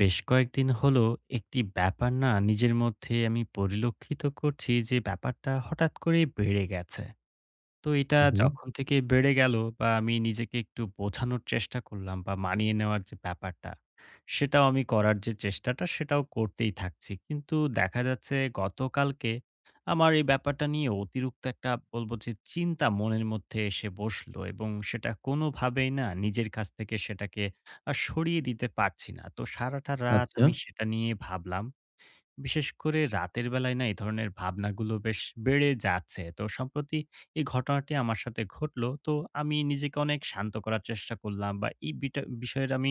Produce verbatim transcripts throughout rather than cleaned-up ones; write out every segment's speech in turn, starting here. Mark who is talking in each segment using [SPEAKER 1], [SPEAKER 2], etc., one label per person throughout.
[SPEAKER 1] বেশ কয়েকদিন হলো একটি ব্যাপার না নিজের মধ্যে আমি পরিলক্ষিত করছি যে ব্যাপারটা হঠাৎ করে বেড়ে গেছে। তো এটা
[SPEAKER 2] হুম, হুম।
[SPEAKER 1] যখন থেকে বেড়ে গেল বা আমি নিজেকে একটু বোঝানোর চেষ্টা করলাম বা মানিয়ে নেওয়ার যে ব্যাপারটা, সেটাও আমি করার যে চেষ্টাটা সেটাও করতেই থাকছি। কিন্তু দেখা যাচ্ছে গতকালকে আমার এই ব্যাপারটা নিয়ে অতিরিক্ত একটা বলব যে চিন্তা মনের মধ্যে এসে বসলো এবং সেটা কোনোভাবেই না নিজের কাছ থেকে সেটাকে আ সরিয়ে দিতে পারছি না। তো সারাটা রাত
[SPEAKER 2] আচ্ছা।
[SPEAKER 1] আমি সেটা নিয়ে ভাবলাম। বিশেষ করে রাতের বেলায় না এই ধরনের ভাবনাগুলো বেশ বেড়ে যাচ্ছে। তো সম্প্রতি এই ঘটনাটি আমার সাথে ঘটলো। তো আমি নিজেকে অনেক শান্ত করার চেষ্টা করলাম বা এই বিটা বিষয়ের আমি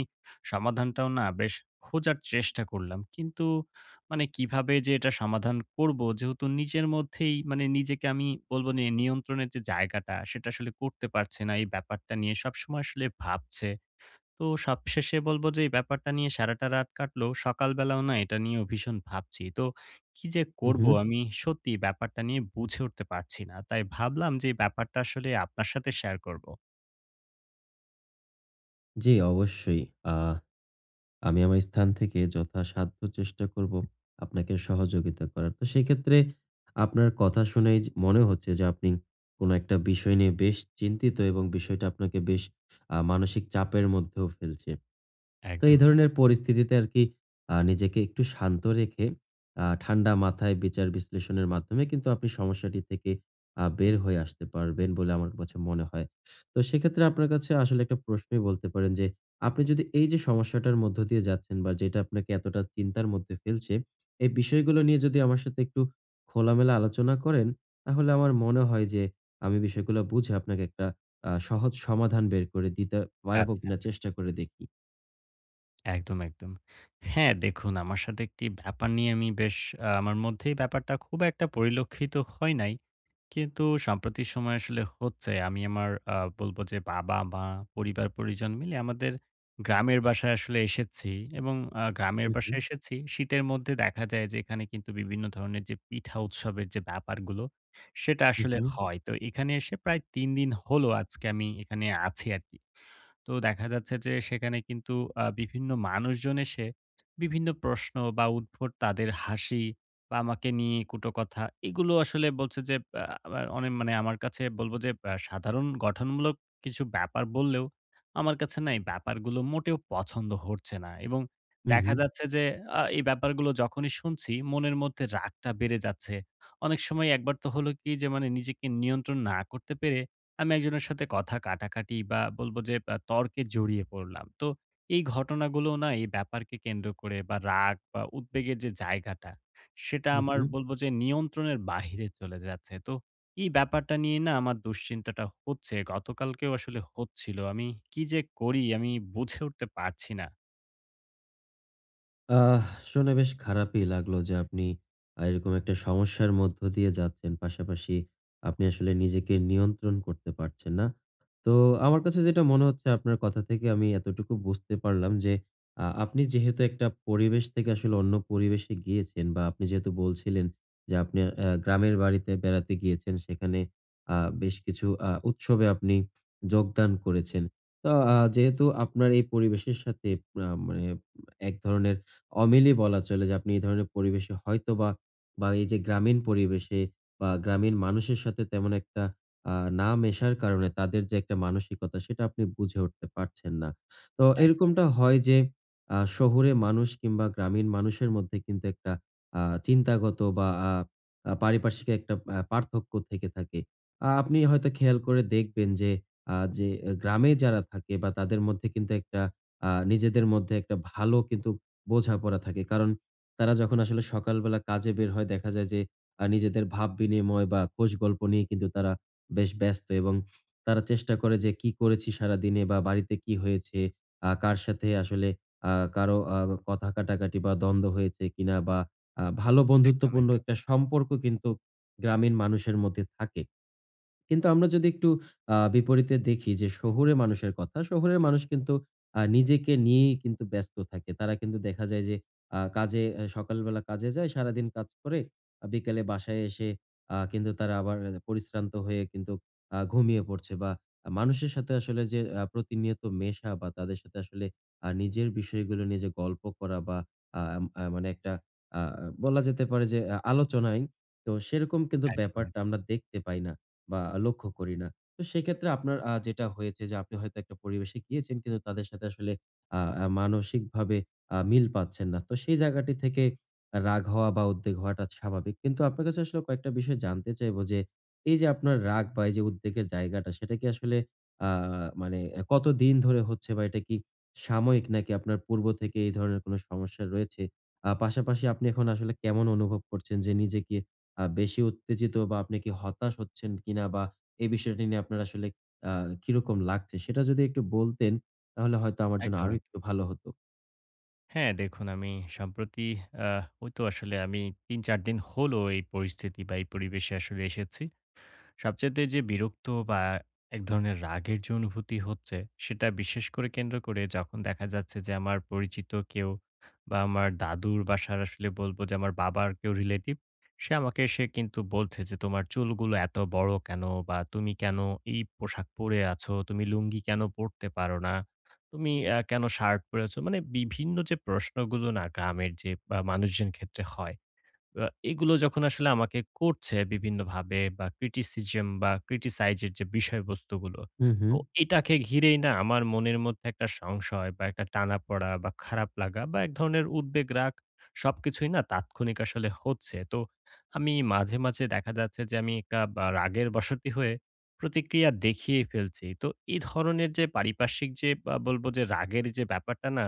[SPEAKER 1] সমাধানটাও না বেশ খোঁজার চেষ্টা করলাম। কিন্তু মানে কিভাবে যে এটা সমাধান করব, যেহেতু নিজের মধ্যেই মানে নিজেকে আমি বলব নি নিয়ন্ত্রণের যে জায়গাটা সেটা আসলে করতে পারছে না। এই ব্যাপারটা নিয়ে সবসময় আসলে ভাবছে। তো সবশেষে বলব যে এই ব্যাপারটা নিয়ে সারাটা রাত কাটলো। সকালবেলাও না এটা নিয়েও ভীষণ ভাবছি। তো কি যে
[SPEAKER 2] হুম,
[SPEAKER 1] করব
[SPEAKER 2] হুম।
[SPEAKER 1] আমি সত্যিই ব্যাপারটা নিয়ে বুঝে উঠতে পারছি না। তাই ভাবলাম যে এই ব্যাপারটা আসলে আপনার সাথে শেয়ার করব।
[SPEAKER 2] জি, অবশ্যই। আ আমি আমার স্থান থেকে যথাসাধ্য চেষ্টা করব আপনাকে সহযোগিতা করার। তো সেক্ষেত্রে আপনার কথা শুনেই যে মনে হচ্ছে যে আপনি কোনো একটা বিষয় নিয়ে বেশ চিন্তিত, এবং বিষয়টা আপনাকে বেশ আ মানসিক চাপের মধ্যেও ফেলছে। তো এই
[SPEAKER 1] একদম।
[SPEAKER 2] ধরনের পরিস্থিতিতে আরকি আ নিজেকে একটু শান্ত রেখে আ ঠান্ডা মাথায় বিচার বিশ্লেষণের মাধ্যমে কিন্তু আপনি সমস্যাটি থেকে আ বের হয়ে আসতে পারবেন বলে আমার কাছে মনে হয়। তো সেক্ষেত্রে আপনার কাছে আসলে একটা প্রশ্নই বলতে পারেন যে, আপনি যদি এই যে সমস্যাটার মধ্য দিয়ে যাচ্ছেন বা যেটা আপনাকে এতটা চিন্তার মধ্যে ফেলছে, এই বিষয়গুলো নিয়ে যদি আমার সাথে একটু খোলামেলা আলোচনা করেন, তাহলে আমার মনে হয় যে আমি বিষয়গুলো বুঝে আপনাকে একটা আ সহজ সমাধান বের করে দিতে পারব
[SPEAKER 1] আচ্ছা,
[SPEAKER 2] কিনা
[SPEAKER 1] আচ্ছা।
[SPEAKER 2] চেষ্টা করে দেখি।
[SPEAKER 1] একদম, একদম। হ্যাঁ, দেখুন আমার সাথে একটি ব্যাপার নিয়ে আমি বেশ আ আমার মধ্যেই ব্যাপারটা খুব একটা পরিলক্ষিত হয় নাই। কিন্তু সাম্প্রতিক সময় আসলে হচ্ছে আমি আমার আ বলব যে বাবা-মা, পরিবার-পরিজন মিলে আমাদের গ্রামের বাসায় আসলে এসেছি এবং আ গ্রামের
[SPEAKER 2] হু, হু।
[SPEAKER 1] বাসায় এসেছি শীতের মধ্যে। দেখা যায় যে এখানে কিন্তু বিভিন্ন ধরনের যে পিঠা উৎসবের যে ব্যাপারগুলো, সেটা
[SPEAKER 2] হু,
[SPEAKER 1] আসলে
[SPEAKER 2] হু।
[SPEAKER 1] হয়। তো এখানে এসে প্রায় তিন দিন হলো আজকে আমি এখানে আছি আরকি। তো দেখা যাচ্ছে যে সেখানে কিন্তু আ বিভিন্ন মানুষজন এসে বিভিন্ন প্রশ্ন বা উদ্ভট তাদের হাসি বা আমাকে নিয়ে কটু কথা, এগুলো আসলে বলছে যে আ আ অনেক মানে আমার কাছে বলব যে আ সাধারণ গঠনমূলক কিছু ব্যাপার বললেও আমার কাছে না এই ব্যাপারগুলো মোটেও পছন্দ হচ্ছে না। এবং
[SPEAKER 2] হু, হু।
[SPEAKER 1] দেখা যাচ্ছে যে আ এই ব্যাপারগুলো যখনই শুনছি মনের মধ্যে রাগটা বেড়ে যাচ্ছে। অনেক সময় একবার তো হলো কি যে মানে নিজেকে নিয়ন্ত্রণ না করতে পেরে আমি একজনের সাথে কথা কাটাকাটি বা বলব যে আ তর্কে জড়িয়ে পড়লাম। তো এই ঘটনাগুলো না এই ব্যাপারকে কেন্দ্র করে বা রাগ বা উদ্বেগের যে জায়গাটা সেটা
[SPEAKER 2] হু,
[SPEAKER 1] আমার
[SPEAKER 2] হু।
[SPEAKER 1] বলবো যে নিয়ন্ত্রণের বাহিরে চলে যাচ্ছে। তো এই ব্যাপারটা নিয়ে না আমার দুশ্চিন্তাটা হচ্ছে। গতকালকেও আসলে হচ্ছিল। আমি কি যে করি আমি বুঝে উঠতে পারছি না।
[SPEAKER 2] আহ শুনে বেশ খারাপই লাগলো যে আপনি আহ, এরকম একটা সমস্যার মধ্য দিয়ে যাচ্ছেন, পাশাপাশি আপনি আসলে নিজেকে নিয়ন্ত্রণ করতে পারছেন না। তো আমার কাছে যেটা মনে হচ্ছে, আপনার কথা থেকে আমি এতটুকু বুঝতে পারলাম যে আহ, আপনি যেহেতু একটা পরিবেশ থেকে আসলে অন্য পরিবেশে গিয়েছেন, বা আপনি যেহেতু বলছিলেন যে আপনি আহ, গ্রামের বাড়িতে বেড়াতে গিয়েছেন, সেখানে আহ, বেশ কিছু আহ, উৎসবে আপনি যোগদান করেছেন। তো আহ, যেহেতু আপনার এই পরিবেশের সাথে আহ, মানে এক ধরনের অমিলই বলা চলে, যে আপনি এই ধরনের পরিবেশে হয়তোবা বা বা এই যে গ্রামীণ পরিবেশে বা গ্রামীণ মানুষের সাথে তেমন একটা আ না মেশার কারণে তাদের যে একটা মানসিকতা সেটা আপনি বুঝে উঠতে পারছেন না। তো
[SPEAKER 1] এক
[SPEAKER 2] এরকমটা হয় যে আ শহুরে মানুষ কিংবা গ্রামীণ মানুষের মধ্যে কিন্তু একটা আ চিন্তাগত বা আ আ পারিপার্শ্বিক একটা আ পার্থক্য থেকে থাকে। আ আপনি হয়তো খেয়াল করে দেখবেন যে আ যে গ্রামে যারা থাকে বা তাদের মধ্যে কিন্তু একটা আ নিজেদের মধ্যে একটা ভালো কিন্তু বোঝাপড়া থাকে। কারণ তারা যখন আসলে সকালবেলা কাজে বের হয় দেখা যায় যে আ নিজেদের ভাব বিনিময় বা খোঁজ গল্প নিয়ে কিন্তু তারা বেশ ব্যস্ত, এবং তারা চেষ্টা করে যে কি করেছি সারাদিনে বা বাড়িতে কি হয়েছে, আ কার সাথে আসলে আ কারো আ কথা কাটাকাটি বা দ্বন্দ্ব হয়েছে কিনা, বা আ ভালো
[SPEAKER 1] একদম,
[SPEAKER 2] বন্ধুত্বপূর্ণ
[SPEAKER 1] একদম,
[SPEAKER 2] একটা সম্পর্ক কিন্তু গ্রামীণ মানুষের মধ্যে থাকে। কিন্তু আমরা যদি একটু আ বিপরীতে দেখি যে শহুরে মানুষের কথা, শহুরের মানুষ কিন্তু আ নিজেকে নিয়েই কিন্তু ব্যস্ত থাকে। তারা কিন্তু দেখা যায় যে আ কাজে আ সকালবেলা কাজে যায়, সারাদিন কাজ করে আ বিকেলে বাসায় এসে আ কিন্তু তারা আবার পরিশ্রান্ত হয়ে কিন্তু আ ঘুমিয়ে পড়ছে, বা আ মানুষের সাথে আসলে যে আ প্রতিনিয়ত মেশা বা তাদের সাথে আসলে আ নিজের বিষয়গুলো নিয়ে যে গল্প করা বা আ আ মানে একটা আ বলা যেতে পারে যে আ আলোচনায়, তো সেরকম কিন্তু
[SPEAKER 1] একদম,
[SPEAKER 2] ব্যাপারটা আমরা
[SPEAKER 1] একদম,
[SPEAKER 2] দেখতে পাই না। বা লক্ষ্য করি না। তো সেক্ষেত্রে আপনার আ যেটা হয়েছে যে আপনি হয়তো একটা পরিবেশে গিয়েছেন কিন্তু তাদের সাথে আসলে আ আ মানসিকভাবে আ মিল পাচ্ছেন না। তো সেই জায়গাটি থেকে রাগ হওয়া বা উদ্বেগ হওয়াটা স্বাভাবিক। কিন্তু আপনার কাছে আসলে কয়েকটা বিষয় জানতে চাইবো যে এই যে আপনার রাগ বা এই যে উদ্বেগের জায়গাটা সেটা কি আসলে আ মানে কতদিন ধরে হচ্ছে, বা এটা কি সাময়িক নাকি আপনার পূর্ব থেকে এই ধরনের কোনো সমস্যা রয়েছে? আ পাশাপাশি আপনি এখন আসলে কেমন অনুভব করছেন, যে নিজেকে আ বেশি উত্তেজিত বা আপনি কি হতাশ হচ্ছেন কিনা? বা এই বিষয়টি নিয়ে আপনার আসলে আ কিরকম লাগছে? সেটা যদি একটু বলতেন, তাহলে হয়তো আমার জন্য
[SPEAKER 1] একদম,
[SPEAKER 2] আরো
[SPEAKER 1] একদম।
[SPEAKER 2] একটু ভালো হতো।
[SPEAKER 1] হ্যাঁ, দেখুন আমি সম্প্রতি আহ ওই তো আসলে আমি তিন চার দিন হলো এই পরিস্থিতি বা এই পরিবেশে আসলে এসেছি। সবচাইতে যে বিরক্ত বা এক ধরনের রাগের যে অনুভূতি হচ্ছে, সেটা বিশেষ করে কেন্দ্র করে যখন দেখা যাচ্ছে যে আমার পরিচিত কেউ বা আমার দাদুর বাসার আসলে বলব যে আমার বাবার কেউ রিলেটিভ, সে আমাকে এসে কিন্তু বলছে যে, "তোমার চুলগুলো এত বড় কেন? বা তুমি কেন এই পোশাক পরে আছো? তুমি লুঙ্গি কেন পড়তে পারো না? তুমি আ কেন শার্ট পরেছো?" মানে বিভিন্ন যে প্রশ্নগুলো না গ্রামের যে বা মানুষজন ক্ষেত্রে হয়, আ এগুলো যখন আসলে আমাকে করছে বিভিন্নভাবে বা criticism বা criticize এর যে বিষয়বস্তুগুলো,
[SPEAKER 2] হু, হু,
[SPEAKER 1] তো এটাকে ঘিরেই না আমার মনের মধ্যে একটা সংশয় বা একটা টানাপড়া বা খারাপ লাগা বা এক ধরনের উদ্বেগ রাগ, সবকিছুই না তাৎক্ষণিক আসলে হচ্ছে। তো আমি মাঝে, মাঝে দেখা যাচ্ছে যে আমি একটা বা রাগের বশতী হয়ে প্রতিক্রিয়া দেখিয়ে ফেলছি। তো এই ধরনের যে পারিপার্শ্বিক যে বা বলব যে রাগের যে ব্যাপারটা না,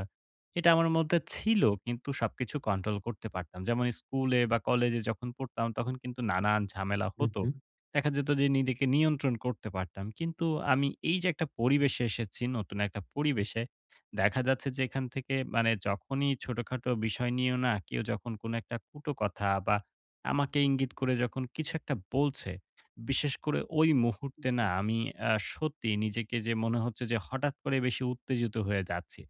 [SPEAKER 1] এটা আমার মধ্যে ছিল কিন্তু সবকিছু কন্ট্রোল করতে পারতাম। যেমন স্কুলে বা কলেজে যখন পড়তাম তখন কিন্তু নানান ঝামেলা
[SPEAKER 2] হু,
[SPEAKER 1] হতো।
[SPEAKER 2] হু।
[SPEAKER 1] দেখা যেত যে নিজেকে নিয়ন্ত্রণ করতে পারতাম। কিন্তু আমি এই যে একটা পরিবেশে এসেছি, নতুন একটা পরিবেশে, দেখা যাচ্ছে যে এখান থেকে মানে যখনই ছোটখাটো বিষয় নিয়েও না কেউ যখন কোনো একটা কুটো কথা বা আমাকে ইঙ্গিত করে যখন কিছু একটা বলছে, বিশেষ করে ওই মুহূর্তে না আমি আ সত্যি নিজেকে যে মনে হচ্ছে যে হঠাৎ করে বেশি উত্তেজিত হয়ে যাচ্ছি।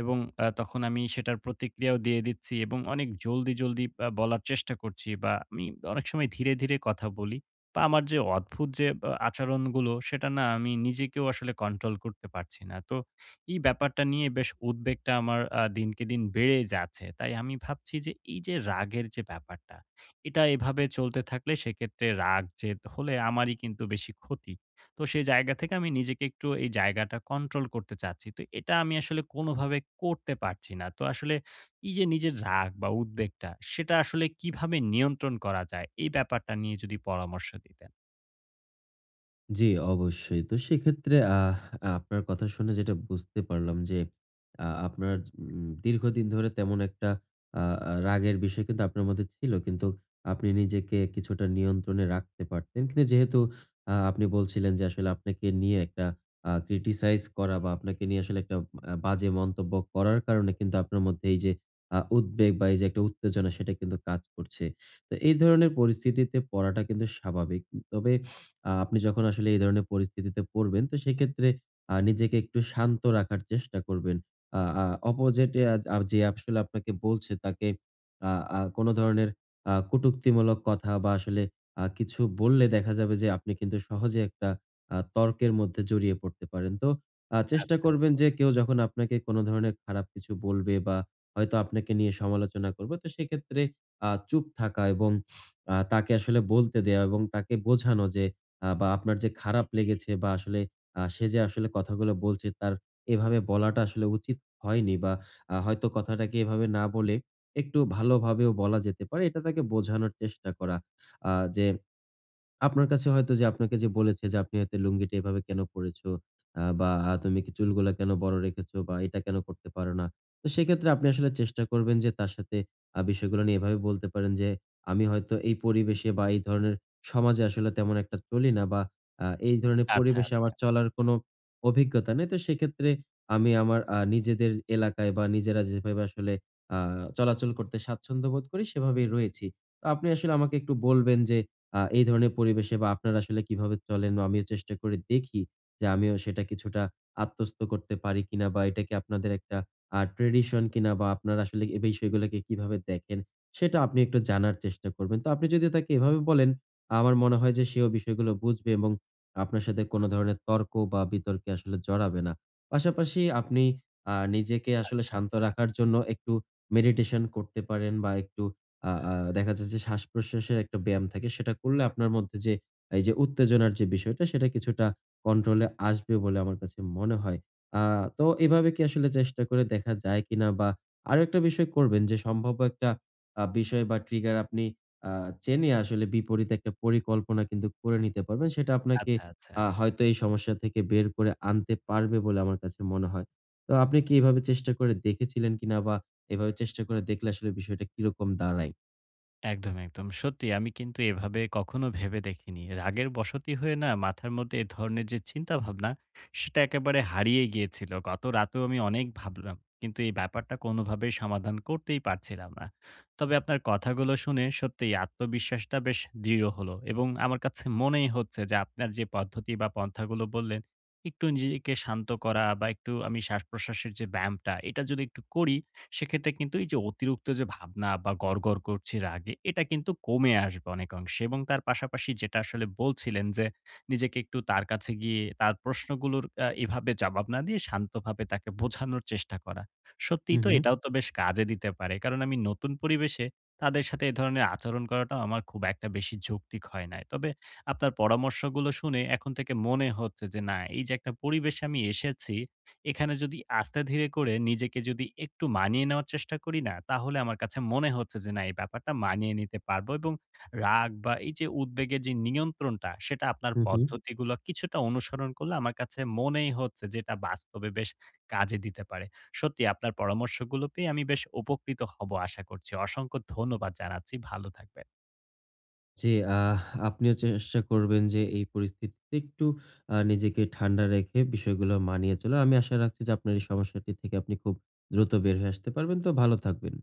[SPEAKER 1] এবং আ তখন আমি সেটার প্রতিক্রিয়াও দিয়ে দিচ্ছি এবং অনেক জলদি, জলদি আ বলার চেষ্টা করছি বা আমি অনেক সময় ধীরে, ধীরে কথা বলি বা আমার যে অদ্ভুত যে আ আচরণগুলো সেটা না আমি নিজেকেও আসলে কন্ট্রোল করতে পারছি না। তো এই ব্যাপারটা নিয়ে বেশ উদ্বেগটা আমার আ দিনকে দিন বেড়ে যাচ্ছে। তাই আমি ভাবছি যে এই যে রাগের যে ব্যাপারটা, এটা এভাবে চলতে থাকলে সেক্ষেত্রে রাগ যে হলে আমারই কিন্তু বেশি ক্ষতি। তো সেই জায়গা থেকে আমি নিজেকে একটু এই জায়গাটা কন্ট্রোল করতে চাচ্ছি। তো এটা আমি আসলে কোনোভাবে করতে পারছি না। তো আসলে এই যে নিজের রাগ বা উদ্বেগটা, সেটা আসলে কিভাবে নিয়ন্ত্রণ করা যায়? এই ব্যাপারটা নিয়ে যদি পরামর্শ দিতেন।
[SPEAKER 2] জি, অবশ্যই। তো সেক্ষেত্রে আহ আপনার কথা শুনে যেটা বুঝতে পারলাম যে আ আপনার উম দীর্ঘদিন ধরে তেমন একটা আ আ রাগের বিষয় কিন্তু আপনার মধ্যে ছিল। কিন্তু আপনি নিজেকে কিছুটা নিয়ন্ত্রণে রাখতে পারতেন। কিন্তু যেহেতু আ আপনি বলছিলেন যে আসলে আপনাকে নিয়ে একটা আ criticize করা বা আপনাকে নিয়ে আসলে একটা আ বাজে মন্তব্য করার কারণে কিন্তু আপনার মধ্যে এই যে আ উদ্বেগ বা এই যে একটা উত্তেজনা সেটা কিন্তু কাজ করছে। তো এই ধরনের পরিস্থিতিতে পড়াটা কিন্তু স্বাভাবিক। তবে আ আপনি যখন আসলে এই ধরনের পরিস্থিতিতে পড়বেন, তো সেক্ষেত্রে আ নিজেকে একটু শান্ত রাখার চেষ্টা করবেন। আ আ অপোজিট এ আ যে আসলে আপনাকে বলছে তাকে আ আ কোন ধরনের আ কটুক্তিমূলক কথা বা আসলে আ কিছু বললে দেখা যাবে যে আপনি কিন্তু সহজে একটা আ তর্কের মধ্যে জড়িয়ে পড়তে পারেন। তো আ চেষ্টা
[SPEAKER 1] আচ্ছা,
[SPEAKER 2] করবেন
[SPEAKER 1] আচ্ছা,
[SPEAKER 2] যে কেউ যখন আপনাকে কোন ধরনের খারাপ কিছু বলবে বা হয়তো আপনাকে নিয়ে সমালোচনা করবে, তো সেক্ষেত্রে আ চুপ থাকা, এবং আ তাকে আসলে বলতে দেয়া, এবং তাকে বোঝানো যে আ বা আপনার যে খারাপ লেগেছে, বা আসলে আ সে যে আসলে কথাগুলো বলছে তার এভাবে বলাটা আসলে উচিত হয়নি, বা আ হয়তো কথাটাকে এভাবে না বলে একটু ভালোভাবেও বলা যেতে পারে। এটা তাকে বোঝানোর চেষ্টা করা। আ যে আপনার কাছে হয়তো যে আপনাকে যে বলেছে যে আপনি হয়তো লুঙ্গিটা এভাবে কেন পড়েছো? আ বা আ তুমি কি চুলগুলা কেন বড় রেখেছো, বা এটা কেন করতে পারো না? তো সেক্ষেত্রে আপনি আসলে চেষ্টা করবেন যে তার সাথে আ বিষয়গুলো নিয়ে এভাবে বলতে পারেন যে, "আমি হয়তো এই পরিবেশে বা এই ধরনের সমাজে আসলে তেমন একটা চলি না, বা আ এই ধরনের
[SPEAKER 1] আচ্ছা,
[SPEAKER 2] পরিবেশে
[SPEAKER 1] আচ্ছা,
[SPEAKER 2] আমার চলার কোনো অভিজ্ঞতা নেই। তো সেক্ষেত্রে আমি আমার আ নিজেদের এলাকায় বা নিজেরা যেভাবে আসলে আ চলাচল করতে স্বাচ্ছন্দ্য বোধ করি সেভাবেই রয়েছি।" তো আপনি আসলে আমাকে একটু বলবেন যে আ এই ধরনের পরিবেশে বা আপনারা আসলে কিভাবে চলেন? আমিও চেষ্টা করে দেখি যে আমিও সেটা কিছুটা আত্মস্থ করতে পারি কিনা, বা এটা কি আপনাদের একটা আ ট্র্যাডিশন কিনা, বা আপনারা আসলে এই বিষয়গুলোকে কিভাবে দেখেন? সেটা আপনি একটু জানার চেষ্টা করবেন। তো আপনি যদি তাকে এভাবে বলেন, আমার মনে হয় যে সেও বিষয়গুলো বুঝবে এবং আপনার সাথে কোন ধরনের তর্ক বা বিতর্কে আসলে জড়াবে না। পাশাপাশি আপনি আ নিজেকে আসলে
[SPEAKER 1] আচ্ছা,
[SPEAKER 2] শান্ত রাখার জন্য একটু মেডিটেশন করতে পারেন, বা একটু আ আ দেখা যাচ্ছে যে শ্বাস-প্রশ্বাসের একটা ব্যায়াম থাকে, সেটা করলে আপনার মধ্যে যে এই যে উত্তেজনার যে বিষয়টা সেটা কিছুটা কন্ট্রোলে আসবে বলে আমার কাছে মনে হয়। আ তো এভাবে কি আসলে চেষ্টা করে দেখা যায় কিনা? বা আরো একটা বিষয় করবেন যে সম্ভাব্য একটা আ বিষয় বা ট্রিগার আপনি আ চেনে আসলে বিপরীত একটা পরিকল্পনা কিন্তু করে নিতে পারবেন। সেটা আপনাকে
[SPEAKER 1] আচ্ছা, আচ্ছা।
[SPEAKER 2] আ হয়তো এই সমস্যা থেকে বের করে আনতে পারবে বলে আমার কাছে মনে হয়। তো আপনি কি এভাবে চেষ্টা করে দেখেছিলেন কিনা? বা এভাবে চেষ্টা করে দেখলে আসলে বিষয়টা কিরকম দাঁড়ায়?
[SPEAKER 1] একদম, একদম। সত্যি আমি কিন্তু এভাবে কখনো ভেবে দেখিনি। রাগের বশতী হয়ে না মাথার মধ্যে এ ধরনের যে চিন্তাভাবনা, সেটা একেবারে হারিয়ে গিয়েছিল। গত রাতেও আমি অনেক ভাবলাম। কিন্তু এই ব্যাপারটা কোনোভাবেই সমাধান করতেই পারছিলাম না। তবে আপনার কথাগুলো শুনে সত্যিই আত্মবিশ্বাসটা বেশ দৃঢ় হলো এবং আমার কাছে মনেই হচ্ছে যে আপনার যে পদ্ধতি বা পন্থাগুলো বললেন, একটু নিজেকে শান্ত করা বা একটু আমি শ্বাসপ্রশ্বাসের যে ব্যায়ামটা, এটা যদি একটু করি সেক্ষেত্রে কিন্তু এই যে অতিরিক্ত যে ভাবনা বা গড়গড় করছি রাগে, এটা কিন্তু কমে আসবে অনেকাংশে। এবং তার পাশাপাশি যেটা আসলে বলছিলেন যে নিজেকে একটু তার কাছে গিয়ে তার প্রশ্নগুলোর আহ, এভাবে জবাব না দিয়ে শান্তভাবে তাকে বোঝানোর চেষ্টা করা, সত্যিই
[SPEAKER 2] হুম,
[SPEAKER 1] তো
[SPEAKER 2] হুম,
[SPEAKER 1] এটাও তো বেশ কাজে দিতে পারে। কারণ আমি নতুন পরিবেশে তাদের সাথে এ ধরনের আচরণ করাটাও আমার খুব একটা বেশি যৌক্তিক হয় নাই। তবে আপনার পরামর্শগুলো শুনে এখন থেকে মনে হচ্ছে যে না, এই যে একটা পরিবেশে আমি এসেছি, এখানে যদি আস্তে ধীরে করে নিজেকে যদি একটু মানিয়ে নেওয়ার চেষ্টা করি না, তাহলে আমার কাছে মনে হচ্ছে যে না, এই ব্যাপারটা মানিয়ে নিতে পারবো। এবং রাগ বা এই যে উদ্বেগের যে নিয়ন্ত্রণটা, সেটা আপনার
[SPEAKER 2] হুম, হুম।
[SPEAKER 1] পদ্ধতিগুলো কিছুটা অনুসরণ করলে আমার কাছে মনেই হচ্ছে যে এটা বাস্তবে বেশ কাজে দিতে পারে। সত্যি আপনার পরামর্শগুলো পেয়ে আমি বেশ উপকৃত হব আশা করছি। অসংখ্য ধন্যবাদ জানাচ্ছি। ভালো থাকবেন।
[SPEAKER 2] জি, আহ আপনিও চেষ্টা করবেন যে এই পরিস্থিতিতে একটু আ নিজেকে ঠান্ডা রেখে বিষয়গুলো মানিয়ে চলার। আমি আশা রাখছি যে আপনার এই সমস্যাটি থেকে আপনি খুব দ্রুত বের হয়ে আসতে পারবেন। তো ভালো থাকবেন।